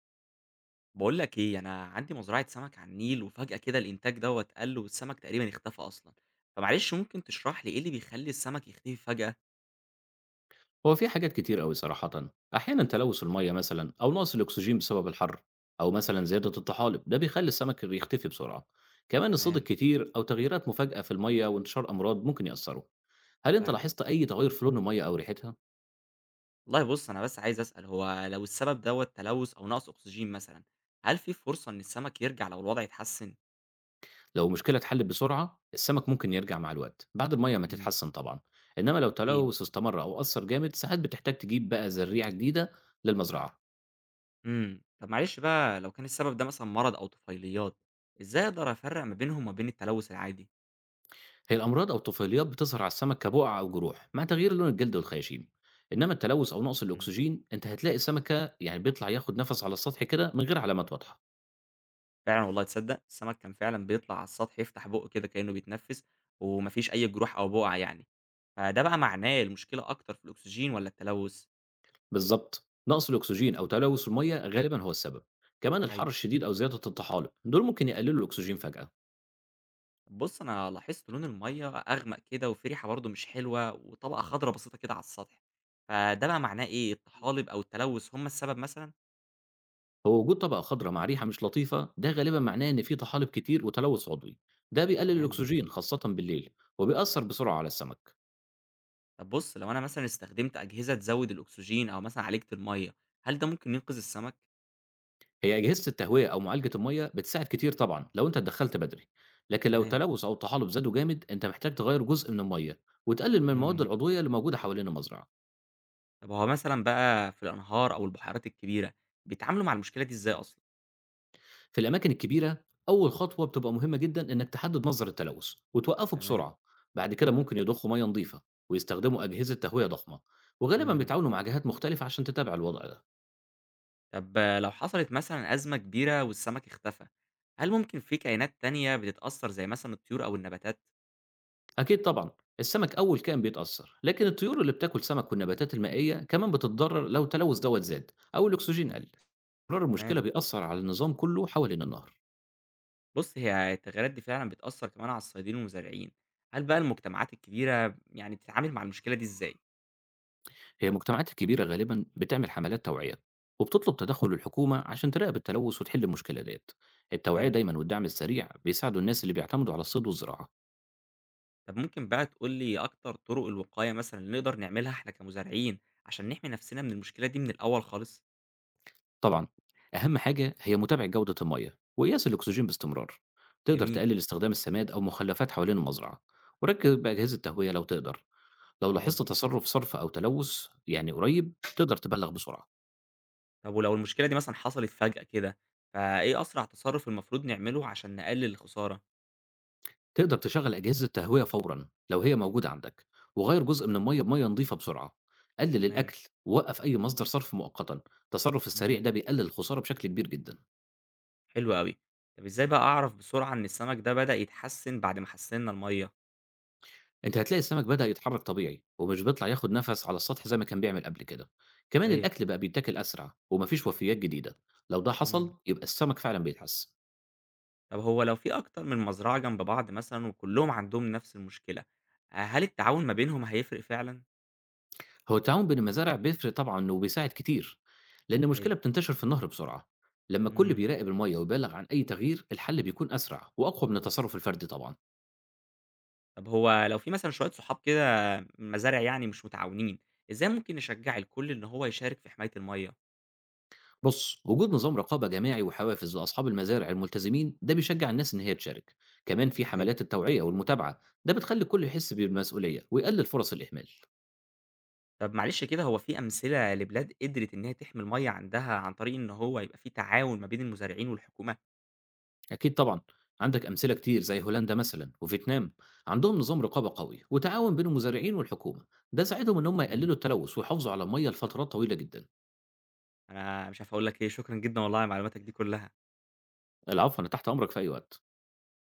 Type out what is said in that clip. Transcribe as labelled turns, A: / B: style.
A: بقول لك ايه، انا عندي مزرعه سمك على النيل، وفجاه كده الانتاج دوت قل، والسمك تقريبا اختفى اصلا. فمعلش، ممكن تشرح لي ايه اللي بيخلي السمك يختفي فجاه؟
B: هو في حاجات كتير أوي صراحة، أحيانًا تلوث المَيّة مثلًا أو نقص الأكسجين بسبب الحَر، أو مثلًا زيادة الطحالب، ده بيخلّي السمك بيختفي بسرعة، كمان الصيد
A: تمام.
B: الكتير أو تغييرات مفاجئة في المَيّة وانتشار أمراض ممكن يأثّروا، هل أنت
A: فعلا.
B: لاحظت أي تغيُّر في لون المَيّة أو ريحتها؟
A: والله بص، انا بس عايز اسال، هو لو السبب دوت تلوث او نقص اكسجين مثلا، هل في فرصه ان السمك يرجع لو الوضع اتحسن؟
B: لو المشكلة اتحلّت بسرعة السمك ممكن يرجع مع الوقت، بعد المَيّة ما
A: امم.
B: تتحسّن طبعًا، إنّما لو
A: اكيد.
B: التلوث استمر أو أثّر جامد ساعات بتحتاج تجيب بقى زريعة جديدة للمزرعة.
A: طب معلش بقى، لو كان السبب ده مثلا مرض او طفيليات، ازاي اقدر افرق ما بينهم وما بين التلوث العادي؟
B: هي الأمراض أو الطفيليات بتظهر على السمك كبقع أو جروح مع تغيير لون الجلد والخياشيم. إنما التلوث أو نقص
A: إمم.
B: الأكسجين أنت هتلاقي السمكة يعني بيطلع ياخد نفس على السطح كده من غير علامات واضحة.
A: فعلًا والله تصدّق! السمك كان فعلًا بيطلع على السطح يفتح بُقّه كده كإنه بيتنفّس، وما فيش أي جروح أو بُقع يعني، فده بقى معناه المشكلة أكتر في الأكسجين والّا التلوث؟
B: بالظبط نقص الأكسجين أو تلوث المية غالبا هو السبب. كمان الحر
A: أيوه.
B: الشديد أو زيادة الطحالب دول ممكن يقللوا الأكسجين فجأة.
A: بُص، أنا لاحظت لون المَيّة أغمق كده، وفي ريحة برضه مش حلوة، وطبقة خضرا بسيطة كده على السطح، فده بقى معناه إيه، الطحالب أو التلوث هم السبب مثلًا؟
B: هو وجود طبقة خضراء مع ريحة مش لطيفة ده غالبا معناه إن في طحالب كتير وتلوث عضوي، ده بيقلل
A: تمام.
B: الأكسجين خاصة بالليل وبيأثر بسرعة على السمك.
A: طب بُص، لو أنا مثلًا استخدمت أجهزة تزوّد الأكسجين أو مثلًا عالجت المَيّة، هل ده ممكن ينقذ السمك؟
B: هي أجهزة التهوية أو معالجة المَيّة بتساعد كتير طبعًا لو أنت اتدخّلت بدري، لكن لو
A: تمام.
B: التلوث أو الطحالب زادوا جامد أنت محتاج تغيّر جزء من المَيّة وتقلل من المواد
A: إمم.
B: العضوية اللي موجودة حوالين المزرعة.
A: طب هو مثلًا بقى في الأنهار أو البحيرات الكبيرة، بيتعاملوا مع المشكلة دي إزاي أصلًا؟
B: في الأماكن الكبيرة أول خطوة بتبقى مهمة جدًا إنك تحدد مصدر التلوث وتوقّفه
A: تمام.
B: بسرعة، بعد كده ممكن يضخوا مَيّة نضيفة ويستخدموا أجهزة تهوية ضخمة، وغالبًا
A: إمم.
B: بيتعاونوا مع جهات مختلفة عشان تتابع الوضع ده.
A: طب لو حصلت مثلًا أزمة كبيرة والسمك اختفى، هل ممكن في كائنات تانية بتتأثر زي مثلًا الطيور أو النباتات؟
B: أكيد طبعًا، السمك أول كائن بيتأثّر، لكن الطيور اللي بتاكل سمك والنباتات المائية كمان بتتضرر لو التلوث دوّة زاد أو الأكسجين
A: آه.
B: قَل. تكرار المشكلة
A: تمام.
B: بيأثر على النظام كله حوالين النهر.
A: بُص، هي التغييرات دي فعلًا بتأثر كمان على الصيادين والمزارعين. هل بقى المجتمعات الكبيرة يعني بتتعامل مع المشكلة دي إزاي؟
B: هي المجتمعات الكبيرة غالبا بتعمل حملات توعية وبتطلب تدخل الحكومة عشان تراقب التلوث وتحل المشكلة ديت. التوعية
A: حلو.
B: دايما والدعم السريع بيساعدوا الناس اللي بيعتمدوا على الصيد والزراعة.
A: طب ممكن بقى تقول لي أكتر طرق الوقاية مثلًا اللي نقدر نعملها إحنا كمزارعين، عشان نحمي نفسنا من المشكلة دي من الأول خالص؟
B: طبعا، أهم حاجة هي متابعة جودة المية وقياس الأكسجين باستمرار، تقدر
A: جميل.
B: تقلل استخدام السماد أو مخلفات حوالين المزرعة وركب أجهزة تهوية لو تقدر. لو
A: حاضر.
B: لاحظت تصرف صرف أو تلوث يعني قريب تقدر تبلغ بسرعة.
A: طب ولو المشكلة دي مثلًا حصلت فجأة كده، فإيه أسرع تصرُّف المفروض نعمله عشان نقلل الخسارة؟
B: تقدر تشغّل أجهزة تهوية فورًا لو هي موجودة عندك، وغيّر جزء من المَيّة بمَيّة نضيفة بسرعة، قلِّل
A: تمام.
B: الأكل ووقّف أي مصدر صرف مؤقتًا، التصرُّف السريع
A: إمم.
B: ده بيقلِّل الخسارة بشكل كبير جدًا.
A: حلو أوي. طب إزاي بقى أعرف بسرعة إن السمك ده بدأ يتحسن بعد ما حسِّنّا المَيّة؟
B: أنت هتلاقي السمك بدأ يتحرّك طبيعي ومش بيطلع ياخد نَفَس على السطح زي ما كان بيعمل قبل كده، كمان
A: صحيح.
B: الأكل بقى بيتاكل أسرع وما فيش وفيّات جديدة، لو ده
A: إمم.
B: حصل يبقى السمك فعلًا بيتحسن.
A: طب هو لو في أكتر من مزرعة جنب بعض مثلًا وكلّهم عندهم نفس المشكلة، هل التعاون ما بينهم هيفرق فعلًا؟
B: هو التعاون بين المزارع بيفرق طبعًا وبيساعد كتير، لأن
A: أيوه.
B: المشكلة بتنتشر في النهر بسرعة. لما الكل
A: إمم.
B: بيراقب المَيَّة ويبلّغ عن أي تغيير، الحل بيكون أسرع وأقوى من التصرف الفردي طبعًا.
A: طب هو لو في مثلًا شوية صحاب كده مزارع يعني مش متعاونين، إزاي ممكن نشجّع الكل إن هو يشارك في حماية المَيّة؟
B: بُص، وجود نظام رقابة جماعي وحوافز لأصحاب المزارع الملتزمين، ده بيشجّع الناس إن هي تشارك. كمان في
A: صحيح.
B: حملات التوعية والمتابعة، ده بتخلّي الكل يحس بالمسؤولية ويقلل فرص الإهمال.
A: طب معلش كده، هو في أمثلة لبلاد قدرت إن هي تحمي المَيّة عندها عن طريق إن هو يبقى في تعاون ما بين المزارعين والحكومة؟
B: أكيد طبعًا، عندك أمثلة كتير زي هولندا مثلًا وفيتنام، عندهم نظام رقابة قوي وتعاون بين المزارعين والحكومة، ده ساعدهم إن هم
A: جميل.
B: يقللوا التلوث ويحافظوا على المَيَّة لفترات طويلة جدًا.
A: أنا مش عارف أقول لك إيه، شكرًا جدًا والله على معلوماتك دي كلها.
B: العفو، أنا تحت أمرك في أي وقت.